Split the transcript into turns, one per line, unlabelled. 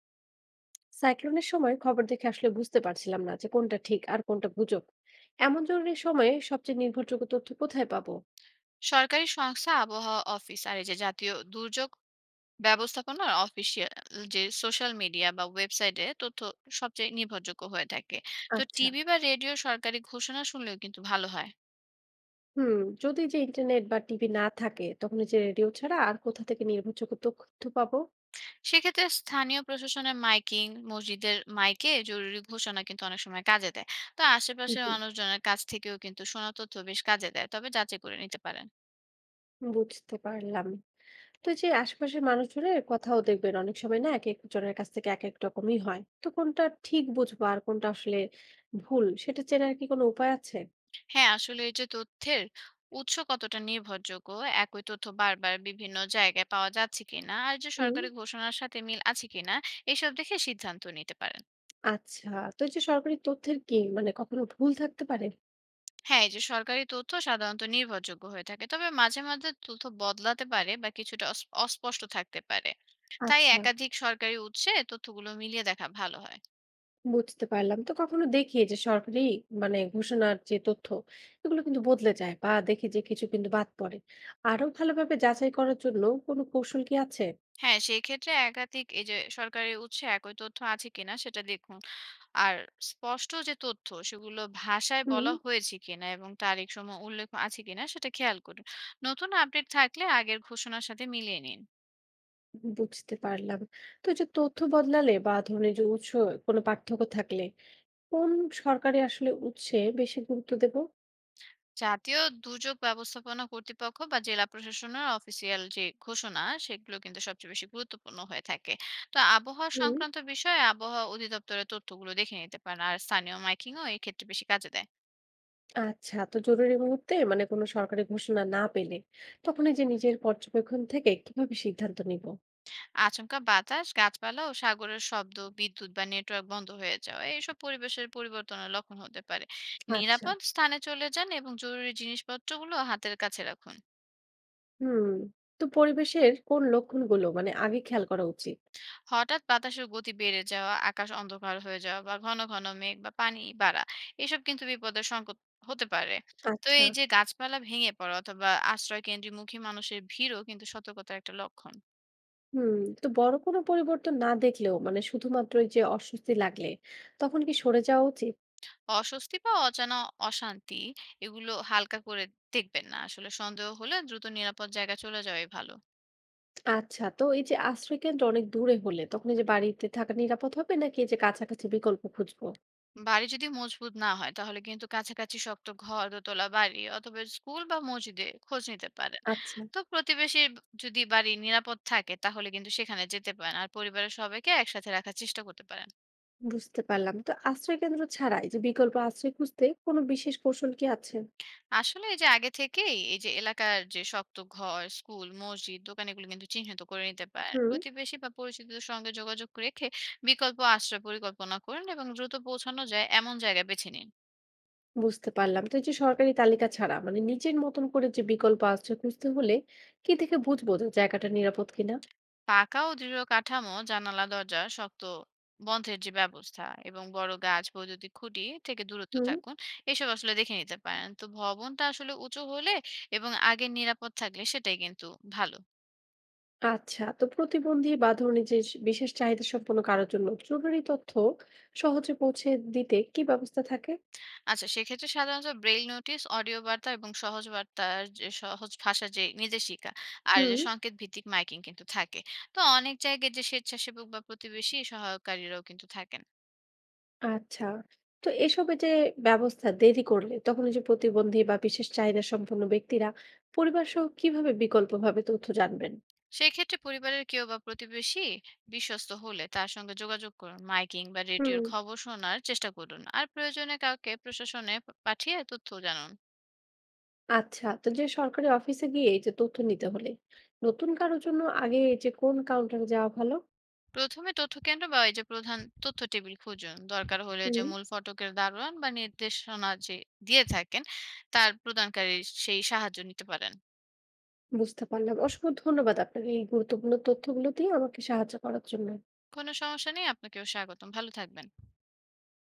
সাইক্লোনের সময় খবর দেখে আসলে বুঝতে পারছিলাম না যে কোনটা ঠিক আর কোনটা গুজব। এমন জরুরি সময়ে সবচেয়ে নির্ভরযোগ্য তথ্য কোথায় পাবো?
সরকারি সংস্থা আবহাওয়া অফিস আর এই যে জাতীয় দুর্যোগ ব্যবস্থাপনার অফিসিয়াল যে সোশ্যাল মিডিয়া বা ওয়েবসাইটে তথ্য সবচেয়ে নির্ভরযোগ্য হয়ে থাকে। তো
আচ্ছা।
টিভি বা রেডিও সরকারি ঘোষণা শুনলেও কিন্তু ভালো হয়।
হুম। যদি ইন্টারনেট বা টিভি না থাকে, তখন এই যে রেডিও ছাড়া আর কোথা থেকে নির্ভরযোগ্য তথ্য পাবো?
সেক্ষেত্রে স্থানীয় প্রশাসনের মাইকিং মসজিদের মাইকে জরুরি ঘোষণা কিন্তু অনেক সময় কাজে দেয়। তো আশেপাশের
জি,
মানুষজনের কাছ থেকেও কিন্তু শোনা তথ্য বেশ কাজে দেয়, তবে যাচাই করে নিতে পারেন।
বুঝতে পারলাম। তো এই যে আশেপাশের মানুষজনের কথাও দেখবেন, অনেক সময় না এক এক জনের কাছ থেকে এক এক রকমই হয়, তো কোনটা ঠিক বুঝবো আর কোনটা আসলে ভুল, সেটা চেনার কি কোনো উপায় আছে?
হ্যাঁ, আসলে এই যে তথ্যের উৎস কতটা নির্ভরযোগ্য, একই তথ্য বারবার বিভিন্ন জায়গায় পাওয়া যাচ্ছে কিনা আর যে
হুম।
সরকারি ঘোষণার সাথে মিল আছে কিনা, এসব দেখে সিদ্ধান্ত নিতে পারেন।
আচ্ছা, তো এই যে সরকারি তথ্যের কি মানে কখনো ভুল থাকতে পারে?
হ্যাঁ, এই যে সরকারি তথ্য সাধারণত নির্ভরযোগ্য হয়ে থাকে, তবে মাঝে মাঝে তথ্য বদলাতে পারে বা কিছুটা অস্পষ্ট থাকতে পারে। তাই
আচ্ছা,
একাধিক সরকারি উৎসে তথ্যগুলো মিলিয়ে দেখা ভালো হয়।
বুঝতে পারলাম। তো কখনো দেখি যে সরকারি মানে ঘোষণার যে তথ্য, এগুলো কিন্তু বদলে যায় বা দেখি যে কিছু কিন্তু বাদ পড়ে। আরো ভালোভাবে যাচাই করার জন্য কোনো কৌশল কি আছে?
হ্যাঁ, সেই ক্ষেত্রে একাধিক এই যে সরকারি উৎসে একই তথ্য আছে কিনা সেটা দেখুন। আর স্পষ্ট যে তথ্য সেগুলো ভাষায়
হুম।
বলা হয়েছে কিনা এবং তারিখ সময় উল্লেখ আছে কিনা সেটা খেয়াল করুন। নতুন আপডেট থাকলে আগের ঘোষণার সাথে মিলিয়ে নিন।
বুঝতে পারলাম। তো এই যে তথ্য বদলালে বা ধরুন এই যে উৎস কোনো পার্থক্য থাকলে, কোন সরকারি আসলে উৎসে বেশি গুরুত্ব দেব?
জাতীয় দুর্যোগ ব্যবস্থাপনা কর্তৃপক্ষ বা জেলা প্রশাসনের অফিসিয়াল যে ঘোষণা সেগুলো কিন্তু সবচেয়ে বেশি গুরুত্বপূর্ণ হয়ে থাকে। তো আবহাওয়া
হুম।
সংক্রান্ত বিষয়ে আবহাওয়া অধিদপ্তরের তথ্যগুলো দেখে নিতে পারেন। আর স্থানীয় মাইকিংও এক্ষেত্রে বেশি কাজে দেয়।
আচ্ছা, তো জরুরি মুহূর্তে মানে কোনো সরকারি ঘোষণা না পেলে, তখন এই যে নিজের পর্যবেক্ষণ থেকে কিভাবে সিদ্ধান্ত নিব?
আচমকা বাতাস, গাছপালা ও সাগরের শব্দ, বিদ্যুৎ বা নেটওয়ার্ক বন্ধ হয়ে যাওয়া, এসব পরিবেশের পরিবর্তনের লক্ষণ হতে পারে।
আচ্ছা।
নিরাপদ স্থানে চলে যান এবং জরুরি জিনিসপত্রগুলো হাতের কাছে রাখুন।
হুম, তো পরিবেশের কোন লক্ষণগুলো মানে আগে খেয়াল করা উচিত?
হঠাৎ বাতাসের গতি বেড়ে যাওয়া, আকাশ অন্ধকার হয়ে যাওয়া বা ঘন ঘন মেঘ বা পানি বাড়া, এসব কিন্তু বিপদের সংকেত হতে পারে। তো
আচ্ছা।
এই যে গাছপালা ভেঙে পড়া অথবা আশ্রয় কেন্দ্রে মুখী মানুষের ভিড়ও কিন্তু সতর্কতার একটা লক্ষণ।
হুম, তো বড় কোনো পরিবর্তন না দেখলেও মানে শুধুমাত্র এই যে অস্বস্তি লাগলে, তখন কি সরে যাওয়া উচিত?
অস্বস্তি বা অজানা অশান্তি এগুলো হালকা করে দেখবেন না, আসলে সন্দেহ হলে দ্রুত নিরাপদ জায়গা চলে যাওয়াই ভালো।
আচ্ছা, তো এই যে আশ্রয়কেন্দ্র অনেক দূরে হলে, তখন এই যে বাড়িতে থাকা নিরাপদ হবে নাকি এই যে কাছাকাছি বিকল্প খুঁজবো?
বাড়ি যদি মজবুত না হয় তাহলে কিন্তু কাছাকাছি শক্ত ঘর, দোতলা বাড়ি অথবা স্কুল বা মসজিদে খোঁজ নিতে পারেন।
আচ্ছা,
তো প্রতিবেশীর যদি বাড়ি নিরাপদ থাকে তাহলে কিন্তু সেখানে যেতে পারেন, আর পরিবারের সবাইকে একসাথে রাখার চেষ্টা করতে পারেন।
বুঝতে পারলাম। তো আশ্রয়কেন্দ্র ছাড়া এই যে বিকল্প আশ্রয় খুঁজতে কোনো বিশেষ কৌশল কি আছে?
আসলে এই যে আগে থেকেই এই যে এলাকার যে শক্ত ঘর, স্কুল, মসজিদ, দোকান এগুলো কিন্তু চিহ্নিত করে নিতে পারেন,
হুম।
প্রতিবেশী বা পরিচিতদের সঙ্গে যোগাযোগ রেখে বিকল্প আশ্রয় পরিকল্পনা করুন এবং দ্রুত পৌঁছানো যায় এমন জায়গা বেছে নিন।
বুঝতে পারলাম। তো এই যে সরকারি তালিকা ছাড়া মানে নিজের মতন করে যে বিকল্প আশ্রয় খুঁজতে হলে, কি দেখে বুঝবো যে জায়গাটা নিরাপদ কিনা?
পাকা ও দৃঢ় কাঠামো, জানালা দরজা শক্ত বন্ধের যে ব্যবস্থা, এবং বড় গাছ বৈদ্যুতিক খুঁটি থেকে দূরত্ব
হুম।
থাকুন, এসব আসলে দেখে নিতে পারেন। তো ভবনটা আসলে উঁচু হলে এবং আগে নিরাপদ থাকলে সেটাই কিন্তু ভালো।
আচ্ছা, তো প্রতিবন্ধী বা ধরুন এই যে বিশেষ চাহিদা সম্পন্ন কারোর জন্য জরুরি তথ্য সহজে পৌঁছে দিতে কি ব্যবস্থা থাকে?
আচ্ছা, সেক্ষেত্রে সাধারণত ব্রেইল নোটিশ, অডিও বার্তা এবং সহজ বার্তার যে সহজ ভাষা যে নিজে শিখা আর যে
হুম।
সংকেত ভিত্তিক মাইকিং কিন্তু থাকে। তো অনেক জায়গায় যে স্বেচ্ছাসেবক বা প্রতিবেশী সহায়কারীরাও কিন্তু থাকেন।
আচ্ছা, তো এসবে যে ব্যবস্থা দেরি করলে, তখন এই যে প্রতিবন্ধী বা বিশেষ চাহিদা সম্পন্ন ব্যক্তিরা পরিবার সহ কিভাবে বিকল্পভাবে তথ্য জানবেন?
সেক্ষেত্রে পরিবারের কেউ বা প্রতিবেশী বিশ্বস্ত হলে তার সঙ্গে যোগাযোগ করুন। মাইকিং বা
হুম।
রেডিওর খবর শোনার চেষ্টা করুন। আর প্রয়োজনে কাউকে প্রশাসনে পাঠিয়ে তথ্য জানান।
আচ্ছা, তো যে সরকারি অফিসে গিয়ে এই যে তথ্য নিতে হলে নতুন কারোর জন্য আগে এই যে কোন কাউন্টারে যাওয়া ভালো?
প্রথমে তথ্যকেন্দ্র বা এই যে প্রধান তথ্য টেবিল খুঁজুন, দরকার হলে যে
হুম,
মূল ফটকের দারোয়ান বা নির্দেশনা যে দিয়ে থাকেন তার প্রদানকারী সেই সাহায্য নিতে পারেন।
বুঝতে পারলাম। অসংখ্য ধন্যবাদ আপনাকে এই গুরুত্বপূর্ণ তথ্যগুলো দিয়ে আমাকে সাহায্য করার জন্য।
কোনো সমস্যা নেই, আপনাকেও স্বাগতম, ভালো থাকবেন।